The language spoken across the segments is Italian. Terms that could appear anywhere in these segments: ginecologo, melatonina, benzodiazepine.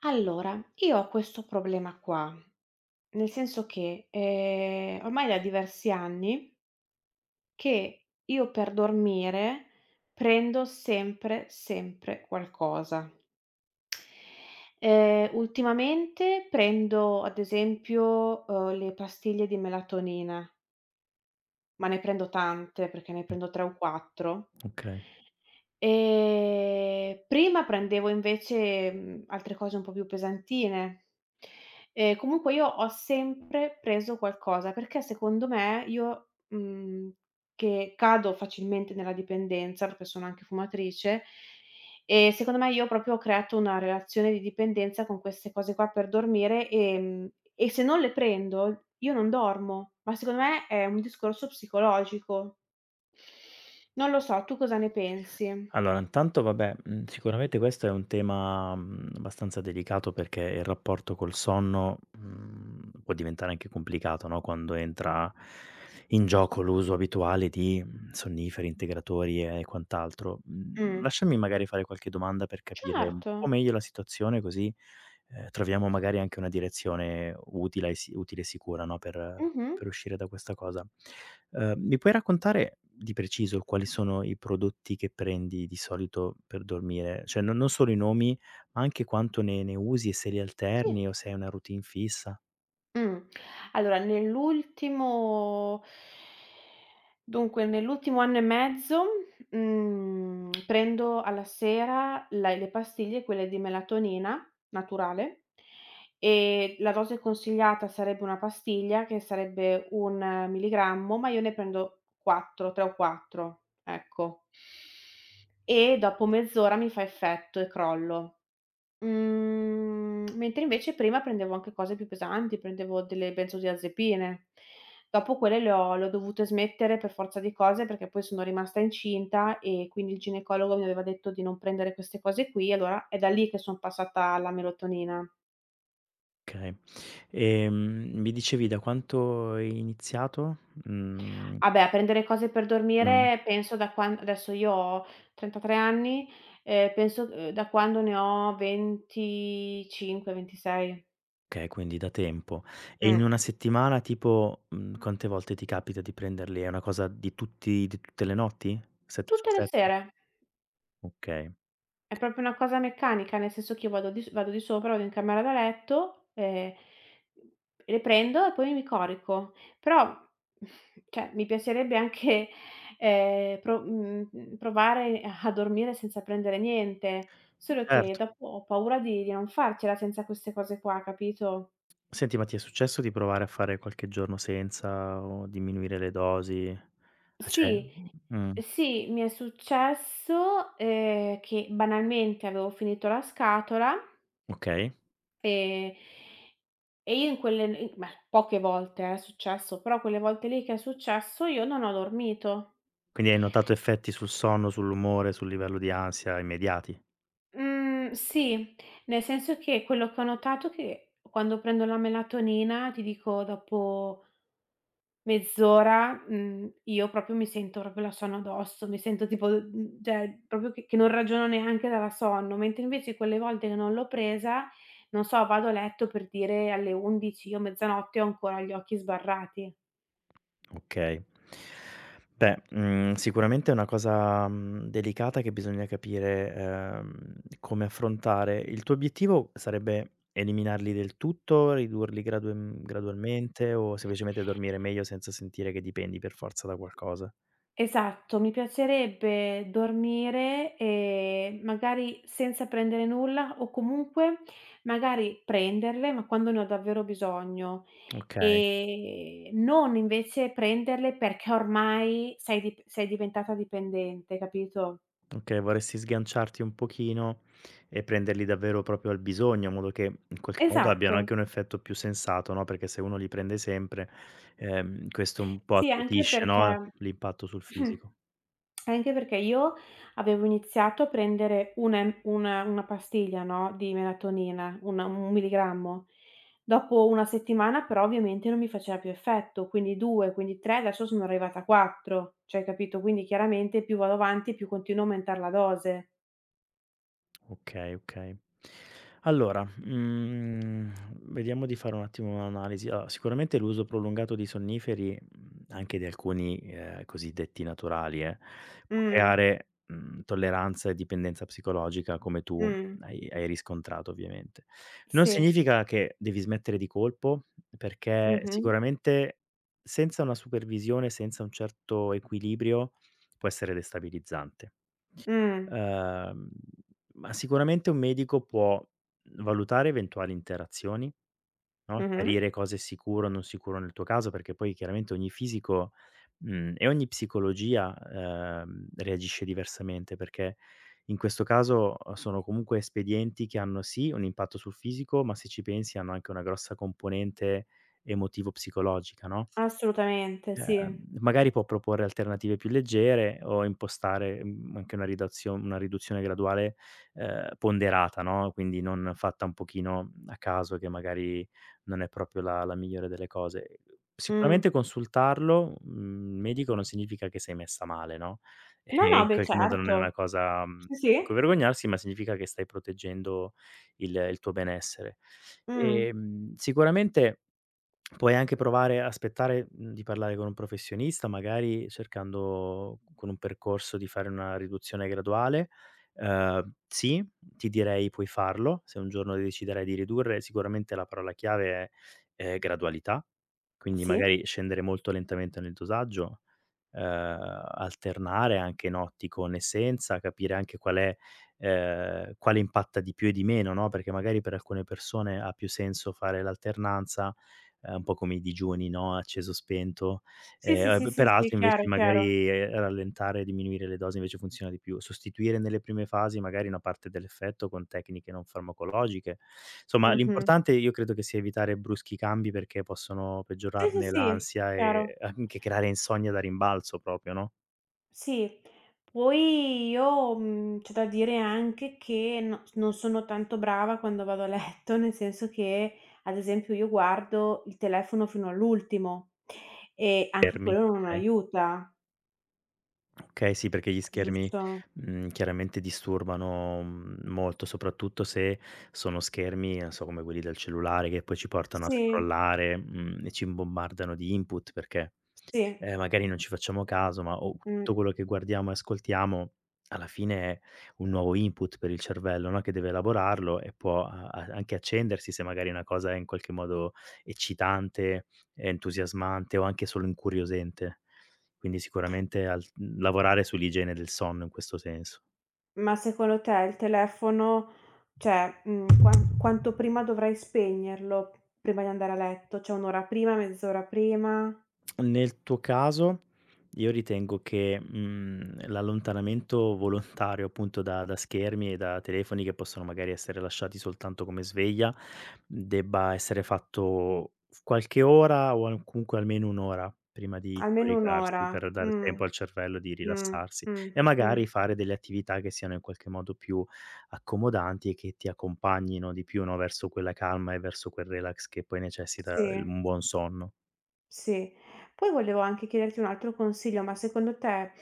Allora, io ho questo problema qua, nel senso che, ormai da diversi anni che io per dormire prendo sempre qualcosa. Ultimamente prendo ad esempio, le pastiglie di melatonina, ma ne prendo tante perché ne prendo 3 o 4. Okay. Prima prendevo invece, altre cose un po' più pesantine. Comunque io ho sempre preso qualcosa, perché secondo me io, che cado facilmente nella dipendenza, perché sono anche fumatrice, e secondo me io proprio ho creato una relazione di dipendenza con queste cose qua per dormire, e se non le prendo io non dormo, ma secondo me è un discorso psicologico. Non lo so, tu cosa ne pensi? Allora intanto vabbè, sicuramente questo è un tema, abbastanza delicato perché il rapporto col sonno, può diventare anche complicato, no, quando entra in gioco l'uso abituale di, sonniferi, integratori e quant'altro. Mhmm, Mh, Lasciami magari fare qualche domanda per capire un po' certo. meglio la situazione così, troviamo magari anche una direzione utile e utile e sicura, no, per Mh-mh. Per uscire da questa cosa. Mi puoi raccontare di preciso quali sono i prodotti che prendi di solito per dormire? Cioè non solo i nomi, ma anche quanto ne usi e se li alterni Sì. o se hai una routine fissa? Mh. Allora nell'ultimo anno e mezzo, prendo alla sera la le pastiglie, quelle di melatonina naturale, e la dose consigliata sarebbe una pastiglia che sarebbe 1 milligrammo, ma io ne prendo 4, 3 o 4, ecco. E dopo mezz'ora mi fa effetto e crollo. Mentre invece prima prendevo anche cose più pesanti, prendevo delle benzodiazepine. Dopo quelle le ho dovute smettere per forza di cose, perché poi sono rimasta incinta e quindi il ginecologo mi aveva detto di non prendere queste cose qui, allora è da lì che son passata alla melatonina. Okay. Mi dicevi da quanto hai iniziato? Mhmm, Ah beh, a prendere cose per mh, dormire penso da quan adesso io ho 33 anni, penso, da quando ne ho 25, 26. okay, quindi da tempo. E in Mh. una settimana tipo, quante volte ti capita di prenderli? È una cosa di tutti di tutte le notti? 7 su Tutte le 7? sere. Okay, È proprio una cosa meccanica, nel senso che io vado di sopra, vado in camera da letto, le prendo e poi mi corico. Però, cioè, mi piacerebbe anche, provare a dormire senza prendere niente, solo che certo. dopo ho paura di non farcela senza queste cose qua, capito? Senti, ma ti è successo di provare a fare qualche giorno senza o diminuire le dosi? Ah, Sì, mh, sì, mi è successo, che banalmente avevo finito la scatola. okay. Ehm, e io in quelle in beh, poche volte è successo, però quelle volte lì che è successo io non ho dormito. Quindi hai notato effetti sul sonno, sull'umore, sul livello di ansia immediati? Mhmm, sì, nel senso che quello che ho notato è che quando prendo la melatonina, ti dico dopo mezz'ora, io proprio mi sento proprio la sonno addosso, mi sento tipo cioè proprio che non ragiono neanche dalla sonno, mentre invece quelle volte che non l'ho presa, non so, vado a letto per dire alle 11 o mezzanotte ho ancora gli occhi sbarrati. Okay. Beh, sicuramente è una cosa, delicata che bisogna capire, come affrontare. Il tuo obiettivo sarebbe eliminarli del tutto, ridurli gradualmente o semplicemente dormire meglio senza sentire che dipendi per forza da qualcosa? Esatto, mi piacerebbe dormire, magari senza prendere nulla o comunque magari prenderle, ma quando ne ho davvero bisogno, Okay. Non invece prenderle perché ormai sei diventata dipendente, capito? Okay, vorresti sganciarti un pochino e prenderli davvero proprio al bisogno, in modo che in qualche modo abbiano Esatto. anche un effetto più sensato, no, perché se uno li prende sempre, questo un po' Sì, anche attutisce, no, perché l'impatto sul fisico. anche perché io avevo iniziato a prendere una pastiglia, no, di melatonina, una un milligrammo. Dopo 1 settimana però ovviamente non mi faceva più effetto, quindi 2, quindi 3, adesso sono arrivata a 4, cioè capito? Quindi chiaramente più vado avanti più continuo a aumentar la dose. Okay, okay. Allora, vediamo di fare un attimo un'analisi. Allora, sicuramente l'uso prolungato di sonniferi, anche di alcuni, cosiddetti naturali può Mh, creare, tolleranza e dipendenza psicologica come tu mh, hai riscontrato ovviamente. Non sì, significa che devi smettere di colpo, perché mh-mh, sicuramente senza una supervisione, senza un certo equilibrio può essere destabilizzante. mh, Ehm, ma sicuramente un medico può valutare eventuali interazioni, no, mh-mh, chiarire cosa è sicuro o non sicuro nel tuo caso, perché poi chiaramente ogni fisico, e ogni psicologia, reagisce diversamente, perché in questo caso, sono comunque espedienti che hanno sì un impatto sul fisico, ma se ci pensi hanno anche una grossa componente emotivo-psicologica, no? assolutamente sì, Magari può proporre alternative più leggere o impostare, anche una ridazio una riduzione graduale, ponderata, no, quindi non fatta un pochino a caso che magari non è proprio la migliore delle cose. mh. Sicuramente consultarlo, il medico non significa che sei messa male, no, No, e no, in beh qualche modo non è una certo. cosa, Sì, sì, di cui vergognarsi, ma significa che stai proteggendo il tuo benessere. mh, Sicuramente puoi anche provare a aspettare, di parlare con un professionista, magari cercando con un percorso di fare una riduzione graduale. Sì, ti direi puoi farlo, se un giorno deciderai di ridurre, sicuramente la parola chiave è, gradualità, quindi sì. magari scendere molto lentamente nel dosaggio alternare anche notti con e senza, capire anche qual è quale impatta di più e di meno, no, perché magari per alcune persone ha più senso fare l'alternanza, un po' come i digiuni, no, acceso spento. Sì, sì, sì, E sì, per sì, altri invece chiaro, chiaro. magari, rallentare e diminuire le dosi invece funziona di più. Sostituire nelle prime fasi magari una parte dell'effetto con tecniche non farmacologiche. Insomma, Mh-mh. l'importante io credo che sia evitare bruschi cambi perché possono Sì, sì, peggiorarne sì, l'ansia chiaro. e anche creare insonnia da rimbalzo proprio, no, Sì. Poi io, c'è da dire anche che no non sono tanto brava quando vado a letto, nel senso che, ad esempio, io guardo il telefono fino all'ultimo e anche fermi, quello non okay? aiuta, Okay, sì, perché gli schermi, giusto? Chiaramente disturbano, molto, soprattutto se sono schermi, non so, come quelli del cellulare che poi ci portano a Sì, scrollare, e ci bombardano di input perché, sì, magari non ci facciamo caso, ma o mh. tutto quello che guardiamo e ascoltiamo alla fine è un nuovo input per il cervello, no, che deve elaborarlo e può a a anche accendersi se magari una cosa è in qualche modo eccitante, entusiasmante o anche solo incuriosente. Quindi sicuramente al lavorare sull'igiene del sonno in questo senso. Ma secondo te il telefono cioè, mhmm, quan quanto prima dovrei spegnerlo prima di andare a letto? Cioè, 1 ora prima, mezz'ora prima? Nel tuo caso io ritengo che, l'allontanamento volontario appunto da schermi e da telefoni che possono magari essere lasciati soltanto come sveglia, debba essere fatto f qualche ora o al comunque almeno un'ora prima ora prima di Almeno 1 ora. coricarsi, per dare Mh. tempo al cervello di Mh. rilassarsi Mh. e Mh. magari fare delle attività che siano in qualche modo più accomodanti e che ti accompagnino di più, no, verso quella calma e verso quel relax che poi necessita il Sì. un buon sonno. Sì. Poi volevo anche chiederti un altro consiglio, ma secondo te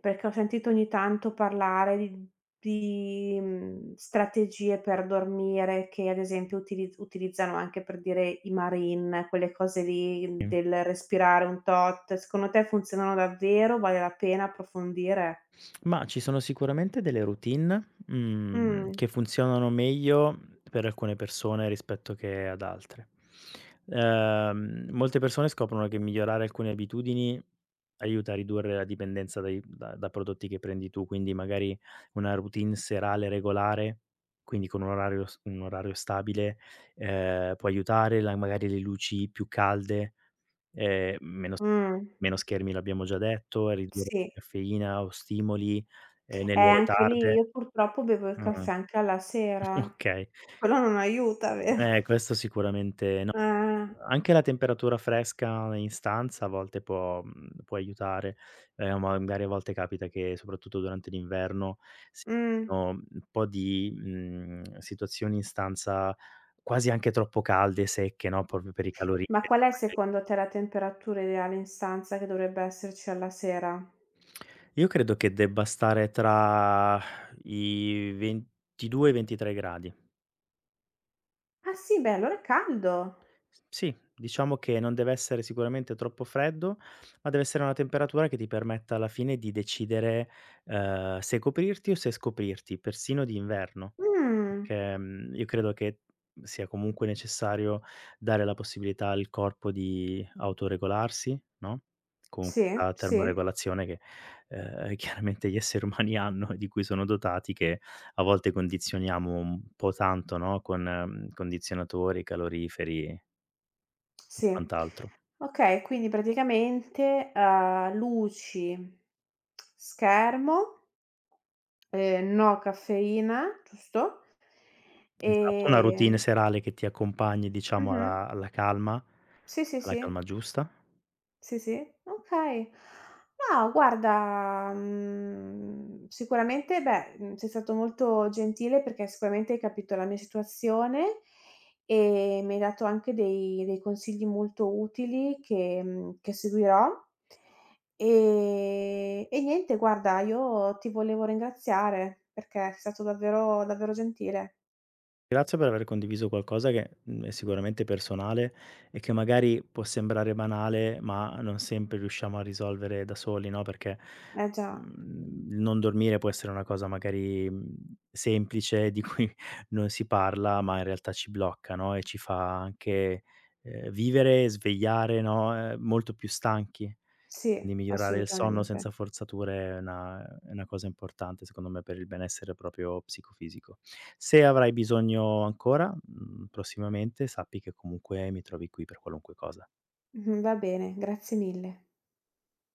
perché ho sentito ogni tanto parlare di strategie per dormire che ad esempio utilizzano anche per dire i marine, quelle cose lì del respirare un tot, secondo te funzionano davvero? Vale la pena approfondire? Ma ci sono sicuramente delle routine, Mh, che funzionano meglio per alcune persone rispetto che ad altre. Molte persone scoprono che migliorare alcune abitudini aiuta a ridurre la dipendenza dai da da prodotti che prendi tu, quindi magari una routine serale regolare, quindi con un orario s un orario stabile, può aiutare, la magari le luci più calde, ehm, mh, Meno schermi l'abbiamo già detto, e ridurre sì. caffeina o stimoli, nelle ore Anche lì io tarde. purtroppo bevo il Mh, caffè anche alla sera. okay. Quello non aiuta, vero? Questo sicuramente no. Eh, Anche la temperatura fresca in stanza a volte può aiutare. Magari a volte capita che, soprattutto durante l'inverno, si mh. no, un po' di, situazioni in stanza quasi anche troppo calde, secche, no, proprio per i Ma caloriferi qual è magari. secondo te la temperatura ideale in stanza che dovrebbe esserci alla sera? Io credo che debba stare tra i 22 e i 23 gradi. Ah sì, beh allora è caldo. S Sì, diciamo che non deve essere sicuramente troppo freddo, ma deve essere una temperatura che ti permetta alla fine di decidere, se coprirti o se scoprirti, persino d'inverno. Mh, Perché, io credo che sia comunque necessario dare la possibilità al corpo di autoregolarsi, no, con sì, questa sì, termoregolazione che, ehm, chiaramente gli esseri umani hanno e di cui sono dotati, che a volte condizioniamo un po' tanto, no, con condizionatori, caloriferi e sì. quant'altro. Okay, quindi praticamente, luci, schermo, no caffeina, giusto? Esatto, una routine Ehm serale che ti accompagni diciamo mh-mh. Sì, sì, alla calma sì. giusta. Sì, sì, okay. No, guarda, sicuramente beh, sei stato molto gentile perché sicuramente hai capito la mia situazione e mi hai dato anche dei consigli molto utili che seguirò. E niente guarda, io ti volevo ringraziare perché sei stato davvero gentile. Grazie per aver condiviso qualcosa che, è sicuramente personale e che magari può sembrare banale, ma non sempre riusciamo a risolvere da soli, no, perché, Eh già, il non dormire può essere una cosa magari, semplice di cui non si parla, ma in realtà ci blocca, no, e ci fa anche, vivere, svegliare, no, molto più stanchi. Quindi sì, migliorare il sonno assolutamente. senza forzature è una cosa importante secondo me per il benessere proprio psicofisico. Se avrai bisogno ancora, prossimamente sappi che comunque mi trovi qui per qualunque cosa. Mh-mh, va bene, grazie mille.